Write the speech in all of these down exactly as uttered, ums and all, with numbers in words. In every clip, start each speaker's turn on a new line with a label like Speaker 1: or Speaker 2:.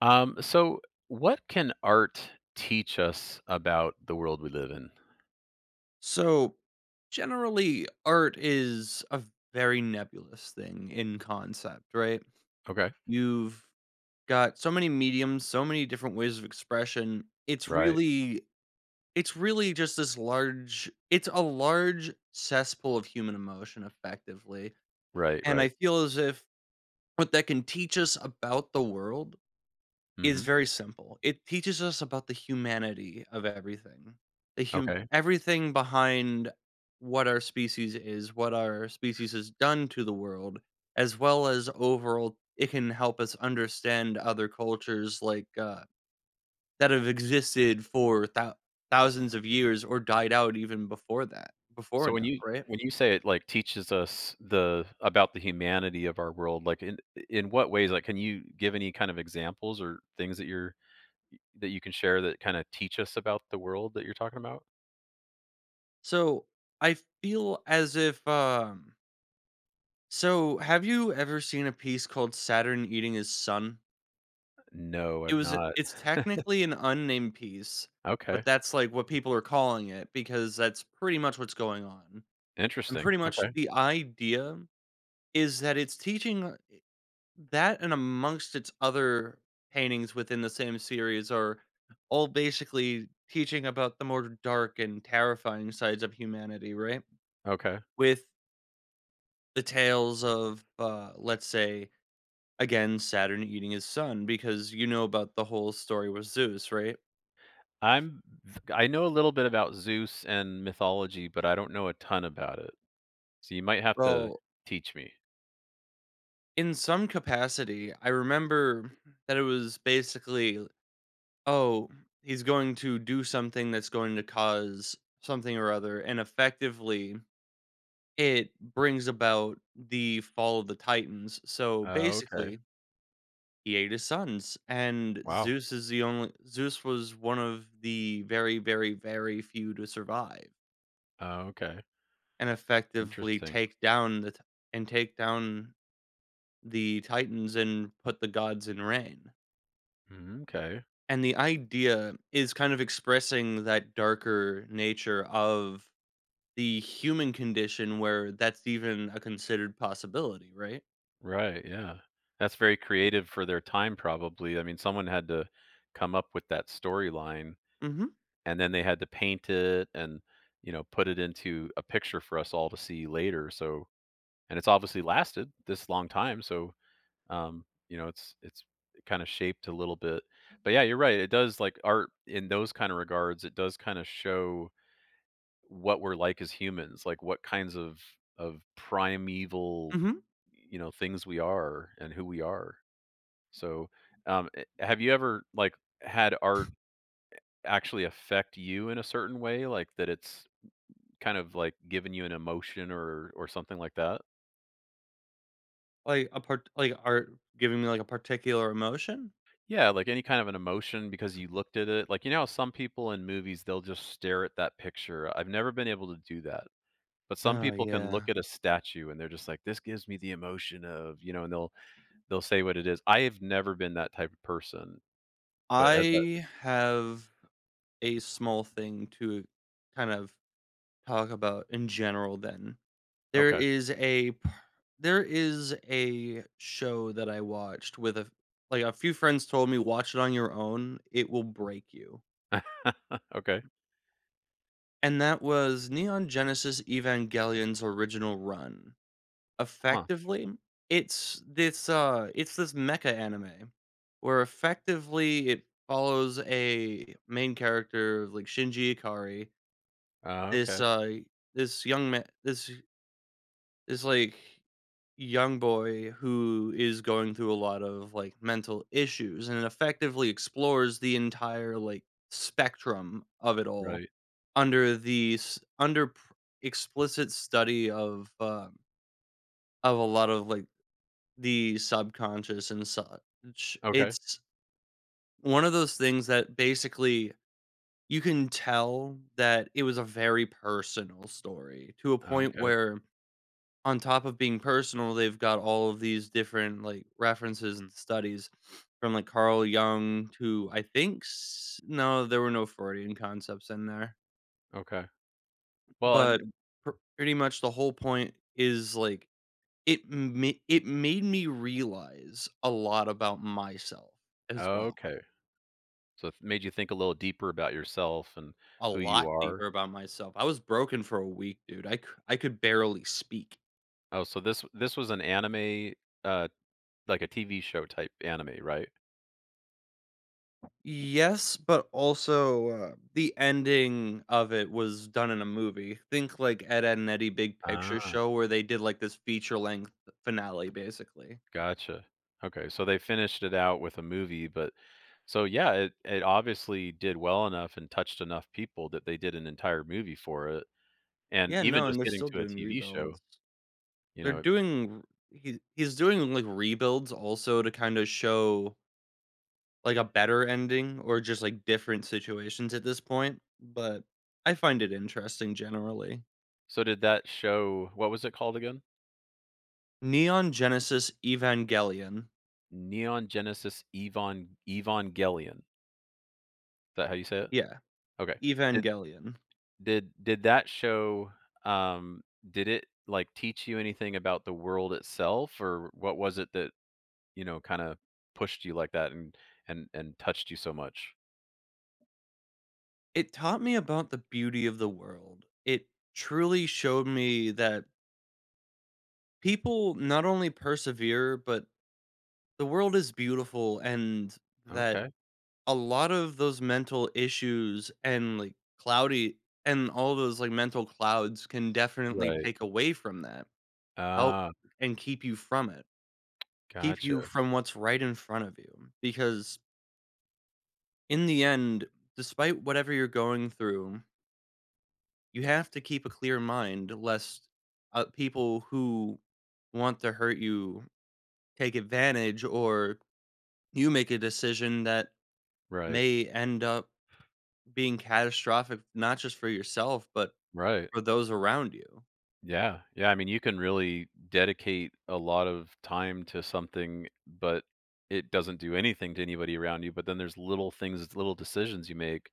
Speaker 1: Um, so what can art teach us about the world we live in?
Speaker 2: So, generally, art is a very nebulous thing in concept, right?
Speaker 1: Okay.
Speaker 2: You've got so many mediums, so many different ways of expression. It's
Speaker 1: Right.
Speaker 2: really it's really just this large it's a large cesspool of human emotion effectively.
Speaker 1: Right.
Speaker 2: And I
Speaker 1: Right.
Speaker 2: feel as if what that can teach us about the world is
Speaker 1: hmm
Speaker 2: very simple. It teaches us about the humanity of everything. The hum-
Speaker 1: Okay.
Speaker 2: everything behind what our species is, what our species has done to the world, as well as overall it can help us understand other cultures like uh, that have existed for thou- thousands of years or died out even before that, before
Speaker 1: So when
Speaker 2: now,
Speaker 1: you
Speaker 2: right?
Speaker 1: when you say it like teaches us the about the humanity of our world, like in in what ways? Like, can you give any kind of examples or things that you're that you can share that kind of teach us about the world that you're talking about?
Speaker 2: So I feel as if um, so have you ever seen a piece called Saturn eating his sun?
Speaker 1: No,
Speaker 2: It
Speaker 1: I've
Speaker 2: was a
Speaker 1: not.
Speaker 2: It's technically an unnamed piece, but
Speaker 1: Okay.
Speaker 2: that's, like, what people are calling it because that's pretty much what's going on, and
Speaker 1: Interesting.
Speaker 2: pretty much
Speaker 1: Okay.
Speaker 2: the idea is that it's teaching that, and amongst its other paintings within the same series are all basically teaching about the more dark and terrifying sides of humanity, right?
Speaker 1: Okay.
Speaker 2: With the tales of, uh, let's say, again, Saturn eating his son, because you know about the whole story with Zeus, right?
Speaker 1: I'm I know a little bit about Zeus and mythology, but I don't know a ton about it. So you might have to
Speaker 2: Well,
Speaker 1: teach me.
Speaker 2: in some capacity, I remember that it was basically, oh, he's going to do something that's going to cause something or other. And effectively, it brings about the fall of the Titans. So
Speaker 1: Oh, okay.
Speaker 2: basically, he ate his sons, and
Speaker 1: Wow.
Speaker 2: Zeus is the only Zeus was one of the very, very, very few to survive
Speaker 1: Oh, okay.
Speaker 2: and effectively
Speaker 1: Interesting.
Speaker 2: take down the t- and take down the Titans and put the gods in reign.
Speaker 1: Mm, okay.
Speaker 2: And the idea is kind of expressing that darker nature of the human condition where that's even a considered possibility, right?
Speaker 1: Right. Yeah. That's very creative for their time, probably. I mean, someone had to come up with that storyline
Speaker 2: Mm-hmm.
Speaker 1: and then they had to paint it and, you know, put it into a picture for us all to see later. So, and it's obviously lasted this long time. So Um, you know, it's it's kind of shaped a little bit. But yeah, you're right. It does like art in those kind of regards, it does kind of show what we're like as humans, like what kinds of of primeval,
Speaker 2: Mm-hmm.
Speaker 1: you know, things we are and who we are. So, um eh, have you ever like had art actually affect you in a certain way like that it's kind of like given you an emotion or or something like that?
Speaker 2: Like a part, like art giving me like a particular emotion.
Speaker 1: Yeah, like any kind of an emotion because you looked at it. Like, you know how some people in movies, they'll just stare at that picture. I've never been able to do that. But some
Speaker 2: Oh
Speaker 1: people can
Speaker 2: yeah.
Speaker 1: look at a statue and they're just like, this gives me the emotion of, you know, and they'll they'll say what it is. I have never been that type of person. But as that
Speaker 2: I have a small thing to kind of talk about in general then. There
Speaker 1: okay.
Speaker 2: is a p there is a show that I watched with a, like, a few friends told me, "Watch it on your own, it will break you."
Speaker 1: Okay.
Speaker 2: And that was Neon Genesis Evangelion's original run.
Speaker 1: Huh.
Speaker 2: Effectively, it's this, uh it's this mecha anime where effectively it follows a main character, like Shinji Ikari,
Speaker 1: Uh,
Speaker 2: this,
Speaker 1: okay.
Speaker 2: uh this young man, this this like young boy who is going through a lot of like mental issues, and it effectively explores the entire like spectrum of it all
Speaker 1: Right.
Speaker 2: under the s- under pr- explicit study of um of a lot of like the subconscious and such.
Speaker 1: Okay.
Speaker 2: It's one of those things that basically you can tell that it was a very personal story, to a
Speaker 1: Uh,
Speaker 2: point
Speaker 1: okay.
Speaker 2: where on top of being personal, they've got all of these different like references and studies from like Carl Jung to I think s- no, there were no Freudian concepts in there,
Speaker 1: Okay. Well,
Speaker 2: but
Speaker 1: and
Speaker 2: pr- pretty much the whole point is like it ma- it made me realize a lot about myself as well,
Speaker 1: okay. So it made you think a little deeper about yourself and
Speaker 2: a
Speaker 1: who you
Speaker 2: lot
Speaker 1: are.
Speaker 2: deeper about myself. I was broken for a week, dude. I c- I could barely speak.
Speaker 1: Oh, so this this was an anime uh like a T V show type anime, right?
Speaker 2: Yes, but also, uh, the ending of it was done in a movie. Think like Ed, Edd n Eddy Big Picture
Speaker 1: Ah.
Speaker 2: Show, where they did like this feature length finale basically.
Speaker 1: Gotcha. Okay, so they finished it out with a movie, but so yeah, it it obviously did well enough and touched enough people that they did an entire movie for it, and
Speaker 2: Yeah,
Speaker 1: even
Speaker 2: no, and
Speaker 1: just
Speaker 2: they're
Speaker 1: getting
Speaker 2: still
Speaker 1: to a
Speaker 2: doing
Speaker 1: T V show,
Speaker 2: rebuilds.
Speaker 1: you
Speaker 2: They're
Speaker 1: know.
Speaker 2: doing he He's doing like rebuilds also, to kinda show like a better ending or just like different situations at this point, but I find it interesting generally.
Speaker 1: So did that show what was it called again?
Speaker 2: Neon Genesis Evangelion.
Speaker 1: Neon Genesis Evon Evangelion. Is that how you say it?
Speaker 2: Yeah,
Speaker 1: Okay. Did
Speaker 2: Evangelion.
Speaker 1: did did that show um did it like teach you anything about the world itself or what was it that you know, kinda pushed you like that and and and touched you so much.
Speaker 2: It taught me about the beauty of the world. It truly showed me that people not only persevere, but the world is beautiful, and that
Speaker 1: Okay.
Speaker 2: a lot of those mental issues and like cloudy and all those like mental clouds can definitely
Speaker 1: Right.
Speaker 2: take away from that. Help
Speaker 1: Ah,
Speaker 2: and keep you from it. Keep
Speaker 1: gotcha.
Speaker 2: you from what's right in front of you, because in the end, despite whatever you're going through, you have to keep a clear mind lest, uh, people who want to hurt you take advantage, or you make a decision that
Speaker 1: Right.
Speaker 2: may end up being catastrophic not just for yourself but
Speaker 1: Right.
Speaker 2: for those around you.
Speaker 1: Yeah. Yeah, I mean, you can really dedicate a lot of time to something, but it doesn't do anything to anybody around you, but then there's little things, little decisions you make.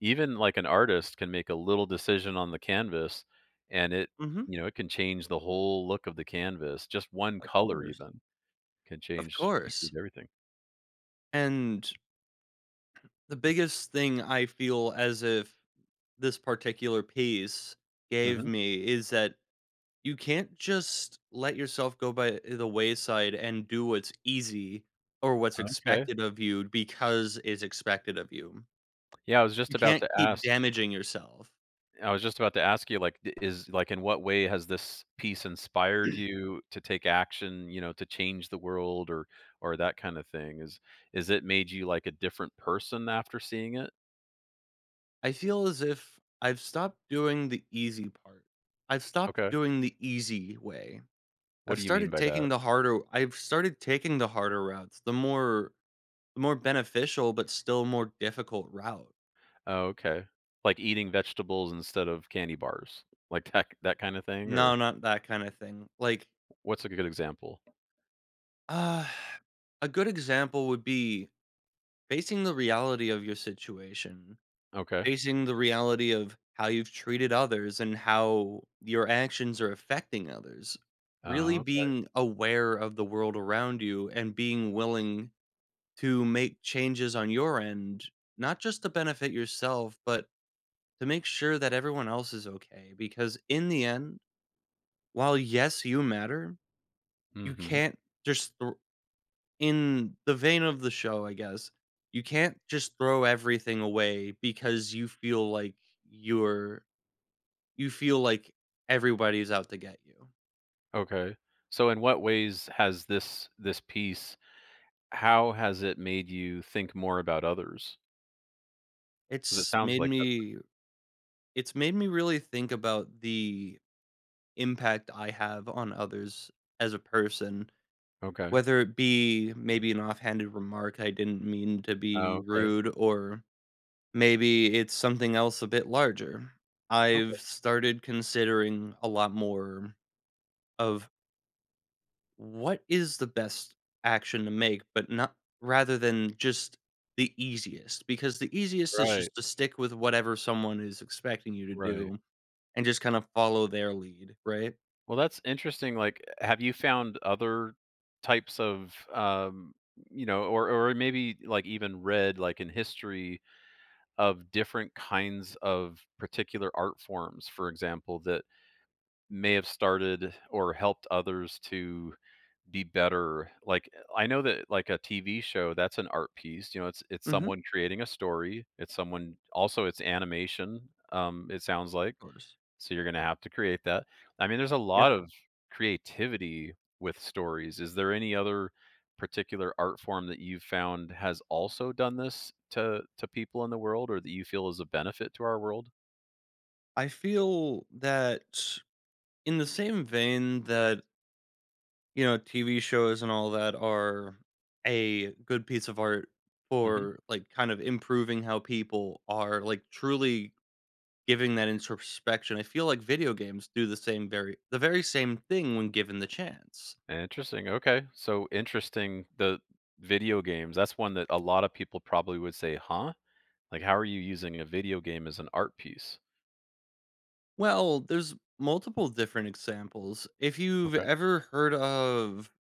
Speaker 1: Even, like, an artist can make a little decision on the canvas, and it
Speaker 2: Hmm.
Speaker 1: you know, it can change the whole look of the canvas. Just one
Speaker 2: Of
Speaker 1: color
Speaker 2: course.
Speaker 1: even can
Speaker 2: Of
Speaker 1: change can
Speaker 2: course.
Speaker 1: change everything.
Speaker 2: And the biggest thing I feel as if this particular piece gave
Speaker 1: Mhm.
Speaker 2: me is that you can't just let yourself go by the wayside and do what's easy or what's
Speaker 1: Okay.
Speaker 2: expected of you because it's expected of you.
Speaker 1: Yeah, I was just
Speaker 2: You
Speaker 1: about
Speaker 2: can't
Speaker 1: to
Speaker 2: keep
Speaker 1: ask
Speaker 2: damaging yourself.
Speaker 1: I was just about to ask you, like, d is like, in what way has this piece inspired you to take action, you know, to change the world or or that kinda thing? Is is it made you, like, a different person after seeing it?
Speaker 2: I feel as if I've stopped doing the easy part. I've stopped
Speaker 1: Okay.
Speaker 2: doing the easy way.
Speaker 1: What
Speaker 2: I've
Speaker 1: do you mean
Speaker 2: started
Speaker 1: by
Speaker 2: taking
Speaker 1: that?
Speaker 2: the harder I've started taking the harder routes, the more the more beneficial but still more difficult route.
Speaker 1: Oh, okay. Like, eating vegetables instead of candy bars? Like, that that kinda thing?
Speaker 2: No,
Speaker 1: Or
Speaker 2: not that kind of thing. Like,
Speaker 1: what's a good example?
Speaker 2: uh a good example would be facing the reality of your situation,
Speaker 1: Okay.
Speaker 2: facing the reality of how you've treated others and how your actions are affecting others, really
Speaker 1: Oh, okay.
Speaker 2: being aware of the world around you and being willing to make changes on your end, not just to benefit yourself, but to make sure that everyone else is okay. Because in the end, while yes, you matter, you
Speaker 1: Mhm.
Speaker 2: can't just thr- in the vein of the show, I guess, you can't just throw everything away because you feel like you're you feel like everybody's out to get you.
Speaker 1: Okay. So in what ways has this this piece how has it made you think more about others? Because it
Speaker 2: It's
Speaker 1: sounds
Speaker 2: made
Speaker 1: like that
Speaker 2: me it's made me really think about the impact I have on others as a person,
Speaker 1: Okay.
Speaker 2: whether it be maybe an offhanded remark I didn't mean to be
Speaker 1: Oh, okay.
Speaker 2: rude, or maybe it's something else a bit larger.
Speaker 1: Okay.
Speaker 2: I've started considering a lot more of what is the best action to make, but not, rather than just the easiest, because the easiest is
Speaker 1: Right,
Speaker 2: just to stick with whatever someone is expecting you to
Speaker 1: right.
Speaker 2: do and just kind of follow their lead, right?
Speaker 1: Well, that's interesting, like, have you found other types of, um, you know, or or maybe, like, even read, like, in history of different kinds of particular art forms, for example, that may have started or helped others to be better like, I know that, like, a T V show, that's an art piece, you know, it's it's
Speaker 2: Hmm. Of
Speaker 1: someone creating a story, it's someone also, it's animation, um, it sounds like,
Speaker 2: course.
Speaker 1: so you're gonna have to create that. I mean, there's a
Speaker 2: Yep.
Speaker 1: lot of creativity with stories. Is there any other particular art form that you've found has also done this to to people in the world or that you feel is a benefit to our world?
Speaker 2: I feel that in the same vein that, you know, T V shows and all that are a good piece of art
Speaker 1: Mhm.
Speaker 2: for like kind of improving how people are like truly giving that introspection, I feel like video games do the same very the very same thing when given the chance.
Speaker 1: Interesting, okay. So interesting, the video games, that's one that a lot of people probably would say, "Huh?" Like, how are you using a video game as an art piece?
Speaker 2: Well, there's multiple different examples. If you've
Speaker 1: Okay.
Speaker 2: ever heard of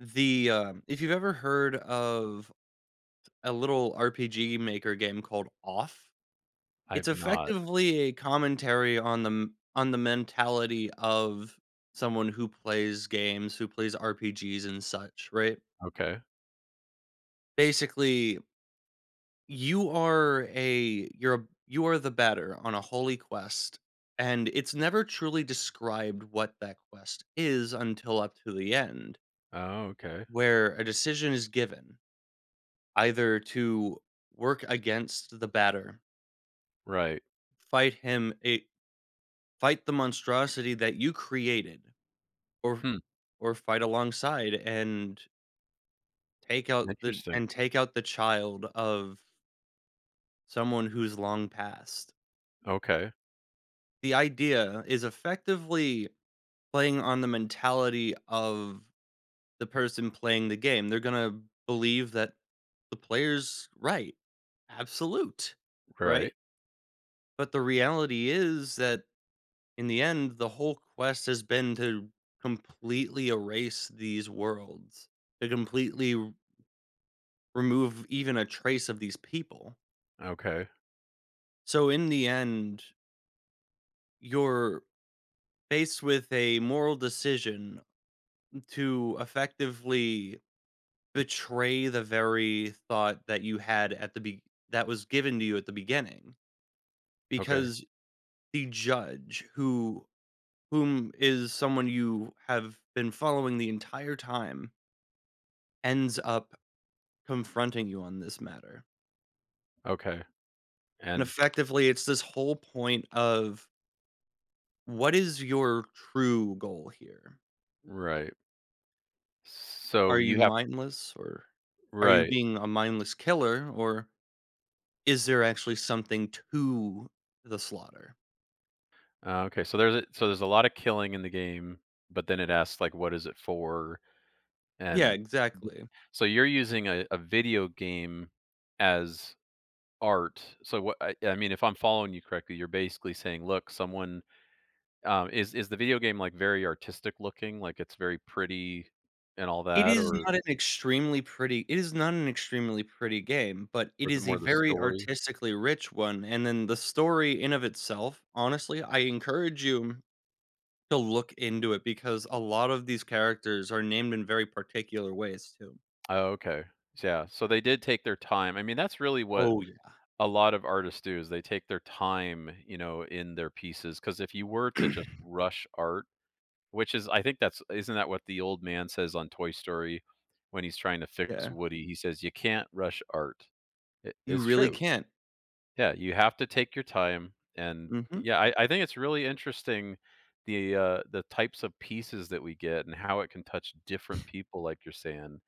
Speaker 2: the um, If you've ever heard of a little R P G maker game called Off, it's
Speaker 1: I've not.
Speaker 2: effectively a commentary on the m- on the mentality of someone who plays games, who plays R P Gs and such, right?
Speaker 1: Okay.
Speaker 2: Basically, you are a you're a you are the batter on a holy quest, and it's never truly described what that quest is until up to the end,
Speaker 1: Oh, okay.
Speaker 2: where a decision is given either to work against the batter,
Speaker 1: Right.
Speaker 2: fight him a fight the monstrosity that you created, or
Speaker 1: Hmm,
Speaker 2: or fight alongside and take out the
Speaker 1: interesting.
Speaker 2: and take out the child of someone who's long passed.
Speaker 1: Okay.
Speaker 2: The idea is effectively playing on the mentality of the person playing the game. They're gonna believe that the player's right, absolute,
Speaker 1: Right.
Speaker 2: right? But the reality is that in the end, the whole quest has been to completely erase these worlds, to completely r- remove even a trace of these people.
Speaker 1: Okay.
Speaker 2: So in the end, you're faced with a moral decision to effectively betray the very thought that you had at the be that was given to you at the beginning,
Speaker 1: Okay.
Speaker 2: because the judge who whom is someone you have been following the entire time, ends up confronting you on this matter,
Speaker 1: Okay.
Speaker 2: and
Speaker 1: And
Speaker 2: effectively, it's this whole point of what is your true goal here?
Speaker 1: right.
Speaker 2: Are
Speaker 1: So
Speaker 2: you
Speaker 1: you have
Speaker 2: mindless, or are you
Speaker 1: right.
Speaker 2: being a mindless killer, or is there actually something to the slaughter?
Speaker 1: Uh, okay. So there's a so there's a lot of killing in the game, but then it asks like what is it for?
Speaker 2: Yeah,
Speaker 1: And th
Speaker 2: exactly.
Speaker 1: So you're using a a video game as art. So what I I mean, if I'm following you correctly, you're basically saying, "Look, someone Um, is is the video game, like, very artistic looking, like, it's very pretty and all
Speaker 2: It
Speaker 1: that,
Speaker 2: is
Speaker 1: or
Speaker 2: not an extremely pretty it is not an extremely pretty game, but
Speaker 1: or
Speaker 2: it
Speaker 1: is it
Speaker 2: is a
Speaker 1: more the
Speaker 2: very
Speaker 1: story?
Speaker 2: artistically rich one, and then the story in of itself, honestly, I encourage you to look into it because a lot of these characters are named in very particular ways too.
Speaker 1: Oh, okay. Yeah, so they did take their time. I mean, that's really what
Speaker 2: Oh, yeah.
Speaker 1: a lot of artists do is they take their time, you know, in their pieces. Because if you were to just rush art, which is I think that's isn't that what the old man says on Toy Story when he's trying to fix
Speaker 2: Yeah.
Speaker 1: Woody? He says, "You can't rush art." It
Speaker 2: You
Speaker 1: it's
Speaker 2: really
Speaker 1: true.
Speaker 2: can't.
Speaker 1: Yeah, you have to take your time, and
Speaker 2: Mhm.
Speaker 1: yeah, I I think it's really interesting the, uh the types of pieces that we get and how it can touch different people, like you're saying.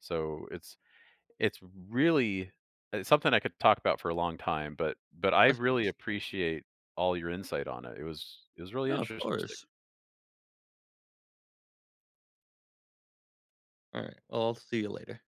Speaker 1: So it's it's really it's something I could talk about for a long time, but but I
Speaker 2: Of
Speaker 1: really
Speaker 2: course.
Speaker 1: appreciate all your insight on it. It was it was really
Speaker 2: No, of
Speaker 1: interesting.
Speaker 2: course. Alright, well, I'll see you later.